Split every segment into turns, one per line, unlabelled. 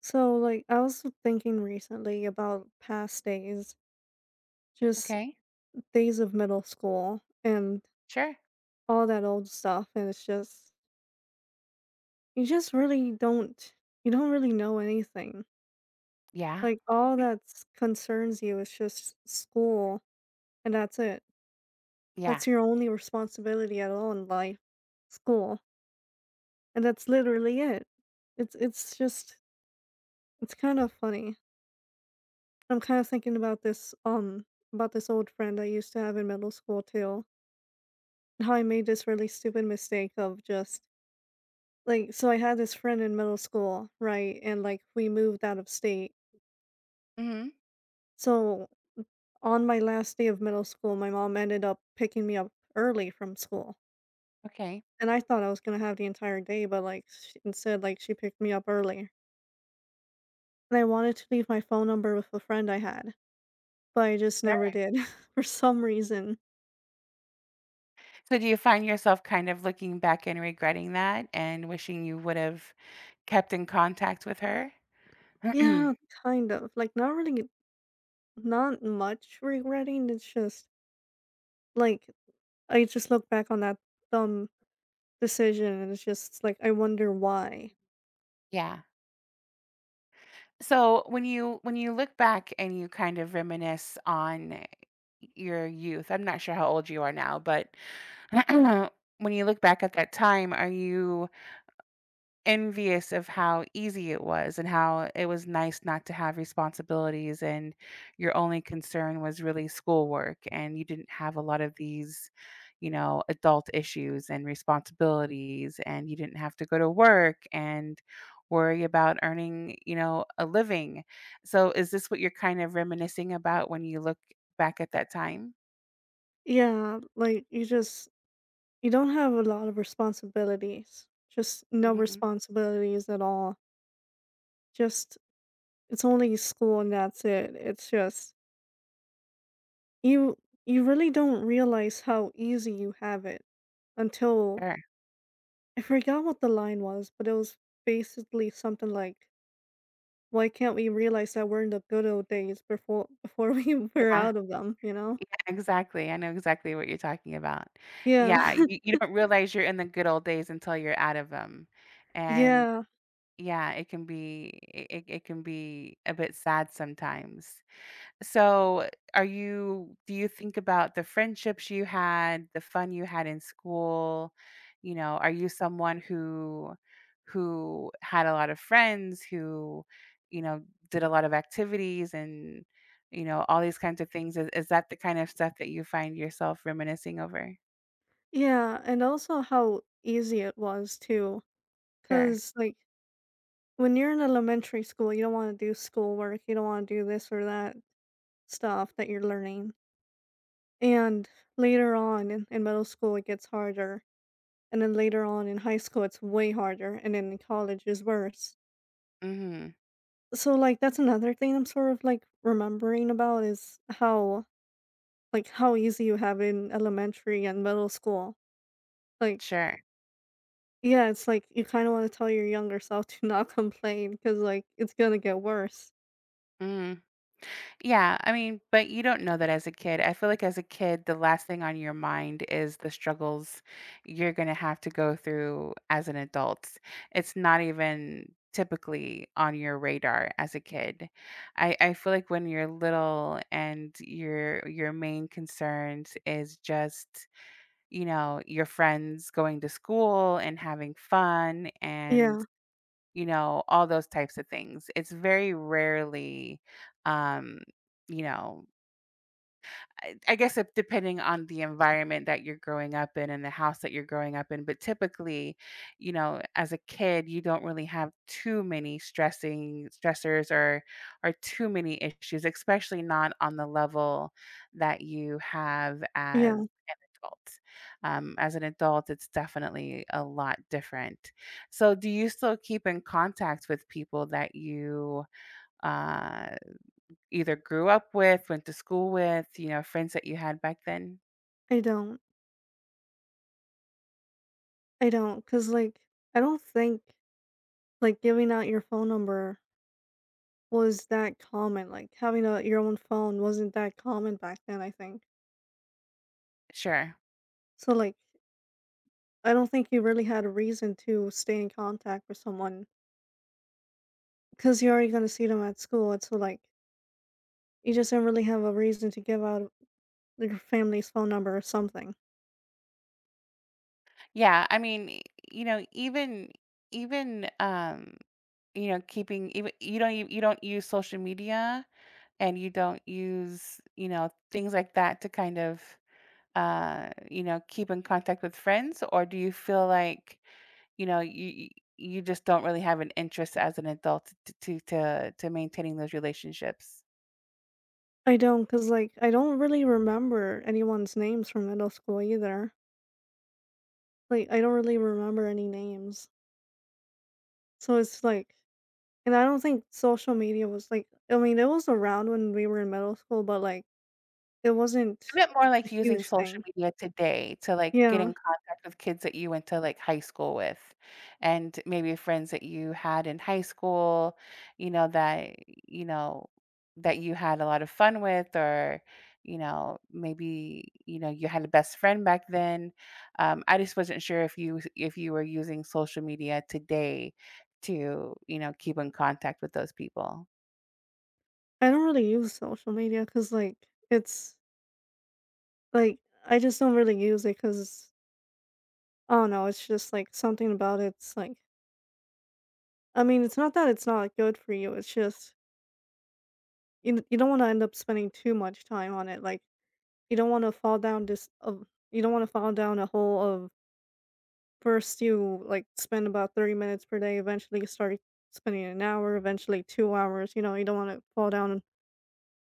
So, like, I was thinking recently about past days, just
Okay.
days of middle school and
Sure.
all that old stuff. And it's just, you just really don't, you don't really know anything.
Yeah.
Like, all that concerns you is just school, and that's it.
Yeah.
That's your only responsibility at all in life, school. And that's literally it. It's just, it's kind of funny. I'm kind of thinking about this old friend I used to have in middle school too, how I made this really stupid mistake of just like, so I had this friend in middle school, right? And like we moved out of state.
Hmm.
So on my last day of middle school, my mom ended up picking me up early from school.
Okay.
And I thought I was going to have the entire day, but like sh instead like she picked me up early. And I wanted to leave my phone number with a friend I had, but I just never
Sure.
did for some reason.
So do you find yourself kind of looking back and regretting that and wishing you would have kept in contact with her?
Yeah, kind of. Like, not really, not much regretting. It's just like, I just look back on that dumb decision, and it's just like, I wonder why.
Yeah. So when you look back and you kind of reminisce on your youth. I'm not sure how old you are now, but when you look back at that time, are you envious of how easy it was and how it was nice not to have responsibilities, and your only concern was really schoolwork, and you didn't have a lot of these adult issues and responsibilities, and you didn't have to go to work and worry about earning a living? So is this what you're kind of reminiscing about when you look back at that time?
Yeah, like you just, you don't have a lot of responsibilities. Just no
Hmm.
responsibilities at all. Just it's only school and that's it. It's just you you really don't realize how easy you have it until,
Sure.
I forgot what the line was, but it was basically something like, "Why can't we realize that we're in the good old days before we were
Yeah.
out of them?" You know?
Yeah, exactly, I know exactly what you're talking about.
Yeah,
Yeah, you don't realize you're in the good old days until you're out of them, and
yeah.
yeah, it can be it it it can be a bit sad sometimes. So, are you do you think about the friendships you had, the fun you had in school? You know, are you someone who had a lot of friends, who, you know, did a lot of activities, and, you know, all these kinds of things? Is that the kind of stuff that you find yourself reminiscing over?
Yeah, and also how easy it was too,
Sure.
cause like, when you're in elementary school, you don't wanna do schoolwork, you don't wanna do this or that stuff that you're learning, and later on in middle school, it gets harder, and then later on in high school, it's way harder, and then in college is worse.
Mhm.
So, like, that's another thing I'm sort of, like, remembering about is how, like, how easy you have in elementary and middle school, like,
Sure.
yeah, it's like you kinda wanna tell your younger self to not complain, cause like, it's gonna get worse.
Mhm. Yeah, I mean, but you don't know that as a kid. I feel like as a kid, the last thing on your mind is the struggles you're going to have to go through as an adult. It's not even typically on your radar as a kid. I feel like when you're little and your main concerns is just, you know, your friends going to school and having fun,
Yeah,
and all those types of things. It's very rarely, um, you know, I guess it, depending on the environment that you're growing up in and the house that you're growing up in. But typically, as a kid, you don't really have too many stressing stressors or too many issues, especially not on the level that you have as
yeah,
adult. As an adult, it's definitely a lot different. So, do you still keep in contact with people that you uh, either grew up with, went to school with, you know, friends that you had back then?
I don't. I don't, not cause like, I don't think, like, giving out your phone number was that common, like, having a your own phone wasn't that common back then, I think.
Sure.
So, like, I don't think you really had a reason to stay in contact with someone, because 'cause you're already gonna see them at school, and so, like, you just don't really have a reason to give out your family's phone number or something.
Yeah. I mean, you know, even, even, keeping even you don't use social media, and you don't use things like that to kind of keep in contact with friends. Or do you feel like, you know, you you just don't really have an interest as an adult t to maintaining those relationships.
I don't, not cause like, I don't really remember anyone's names from middle school either. Like, I don't really remember any names. So it's like, and I don't think social media was, like, I mean, it was around when we were in middle school, but, like, it wasn't
I meant more
a
like using
huge
social
thing.
media today to like get in
Yeah.
contact with kids that you went to like high school with, and maybe friends that you had in high school, you know, you know, that you had a lot of fun with, or, maybe, you had a best friend back then. I just wasn't sure if you were using social media today to, keep in contact with those people.
I don't really use social media, cause like, it's like, I just don't really use it, cause I don't know, it's just, like, something about it's, like, I mean, it's not that it's not good for you, it's just you don't wanna end up spending too much time on it, like, you don't wanna fall down this of you don't wanna fall down a hole of, first you, like, spend about 30 minutes per day, eventually you start spending an hour, eventually 2 hours, you know, you don't wanna fall down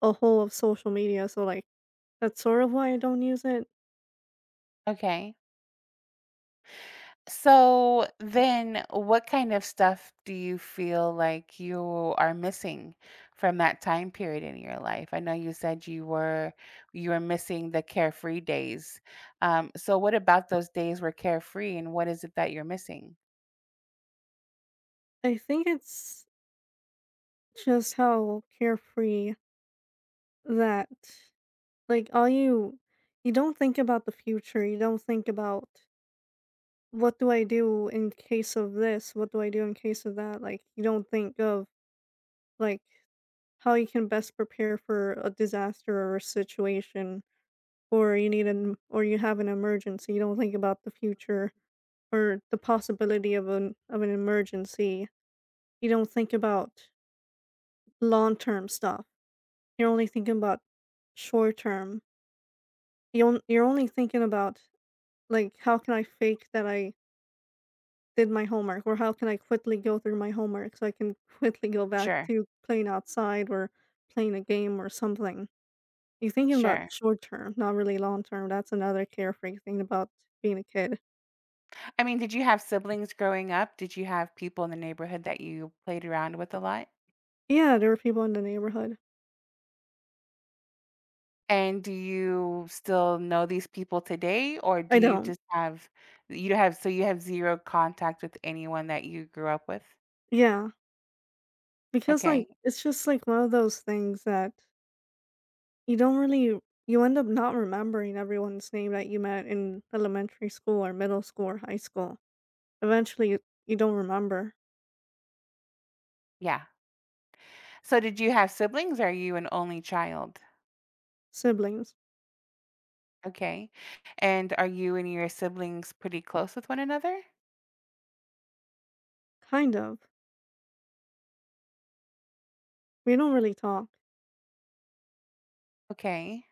a hole of social media, so, like, that's sort of why I don't use it.
Okay. So then, what kind of stuff do you feel like you are missing from that time period in your life? I know you said you were missing the carefree days. So what about those days were carefree, and what is it that you're missing?
I think it's just how carefree that, like, all you, you don't think about the future, you don't think about, "What do I do in case of this? What do I do in case of that?" Like, you don't think of, like, how you can best prepare for a disaster or a situation, or you need an, or you have an emergency, you don't think about the future or the possibility of an emergency. You don't think about long-term stuff. You're only thinking about short-term. You're only thinking about, like, how can I fake that I did my homework or how can I quickly go through my homework so I can quickly go back
Sure,
to playing outside or playing a game or something. You're thinking about
sure.
short term, not really long term, that's another carefree thing about being a kid.
I mean, did you have siblings growing up? Did you have people in the neighborhood that you played around with a lot?
Yeah, there were people in the neighborhood.
And do you still know these people today, or do
I
you
don't.
just have, you don't have, so you have 0 contact with anyone that you grew up with?
Yeah, because,
Okay,
like, it's just, like, one of those things that you don't really, you end up not remembering everyone's name that you met in elementary school or middle school or high school. Eventually, you don't remember,
yeah. So did you have siblings? Are you an only child?
siblings.
Okay. And are you and your siblings pretty close with one another?
Kind of. We don't really talk.
Okay.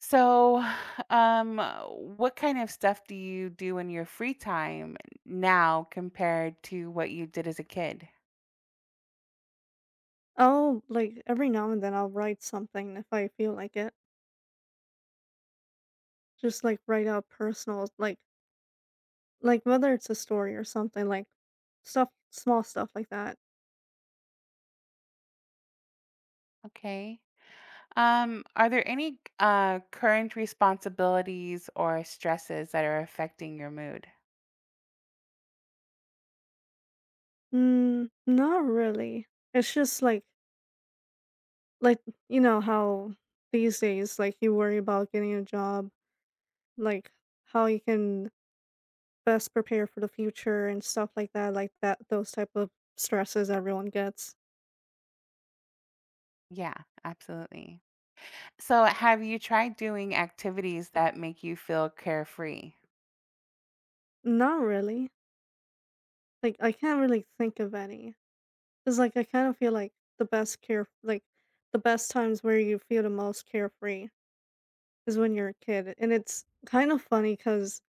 So, um, what kind of stuff do you do in your free time now compared to what you did as a kid?
I'll like, every now and then, I'll write something if I feel like it. Just, like, write out personal, like, whether it's a story or something, like, stuff, small stuff like that.
Okay. Are there any current responsibilities or stresses that are affecting your mood?
Mm, not really. It's just like, you know how these days, like, you worry about getting a job, like, how you can best prepare for the future and stuff like that, like that, those type of stresses everyone gets.
Yeah, absolutely. So, have you tried doing activities that make you feel carefree?
Not really. Like, I can't really think of any. 'Cause, like, I kinda feel like the best times where you feel the most carefree is when you're a kid, and it's kind of funny, cause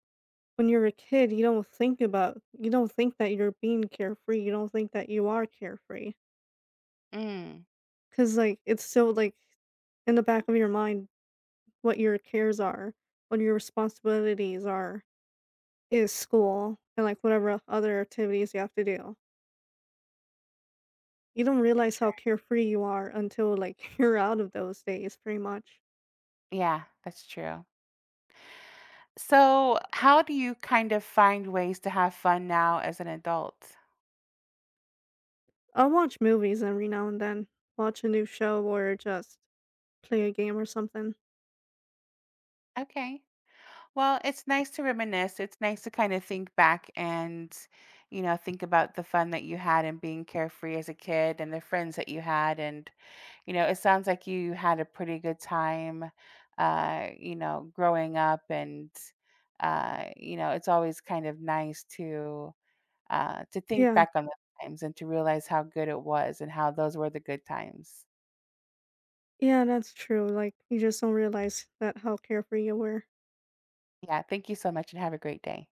when you're a kid, you don't think that you're being carefree, you don't think that you are carefree, you do not think that you are carefree,
Mm,
cause like, it's still like, in the back of your mind what your cares are, what your responsibilities are, is school and, like, whatever other activities you have to do. You don't realize how carefree you are until, like, you're out of those days pretty much.
yeah, that's true. So, how do you kind of find ways to have fun now as an adult?
I'll watch movies every now and then, watch a new show or just play a game or something.
Okay. Well, it's nice to reminisce. It's nice to kind of think back and, think about the fun that you had and being carefree as a kid and the friends that you had, and, it sounds like you had a pretty good time, growing up. And, it's always kind of nice to think
Yeah.
back on the times and to realize how good it was and how those were the good times.
Yeah, that's true. Like, you just don't realize that how carefree you were.
Yeah, thank you so much and have a great day.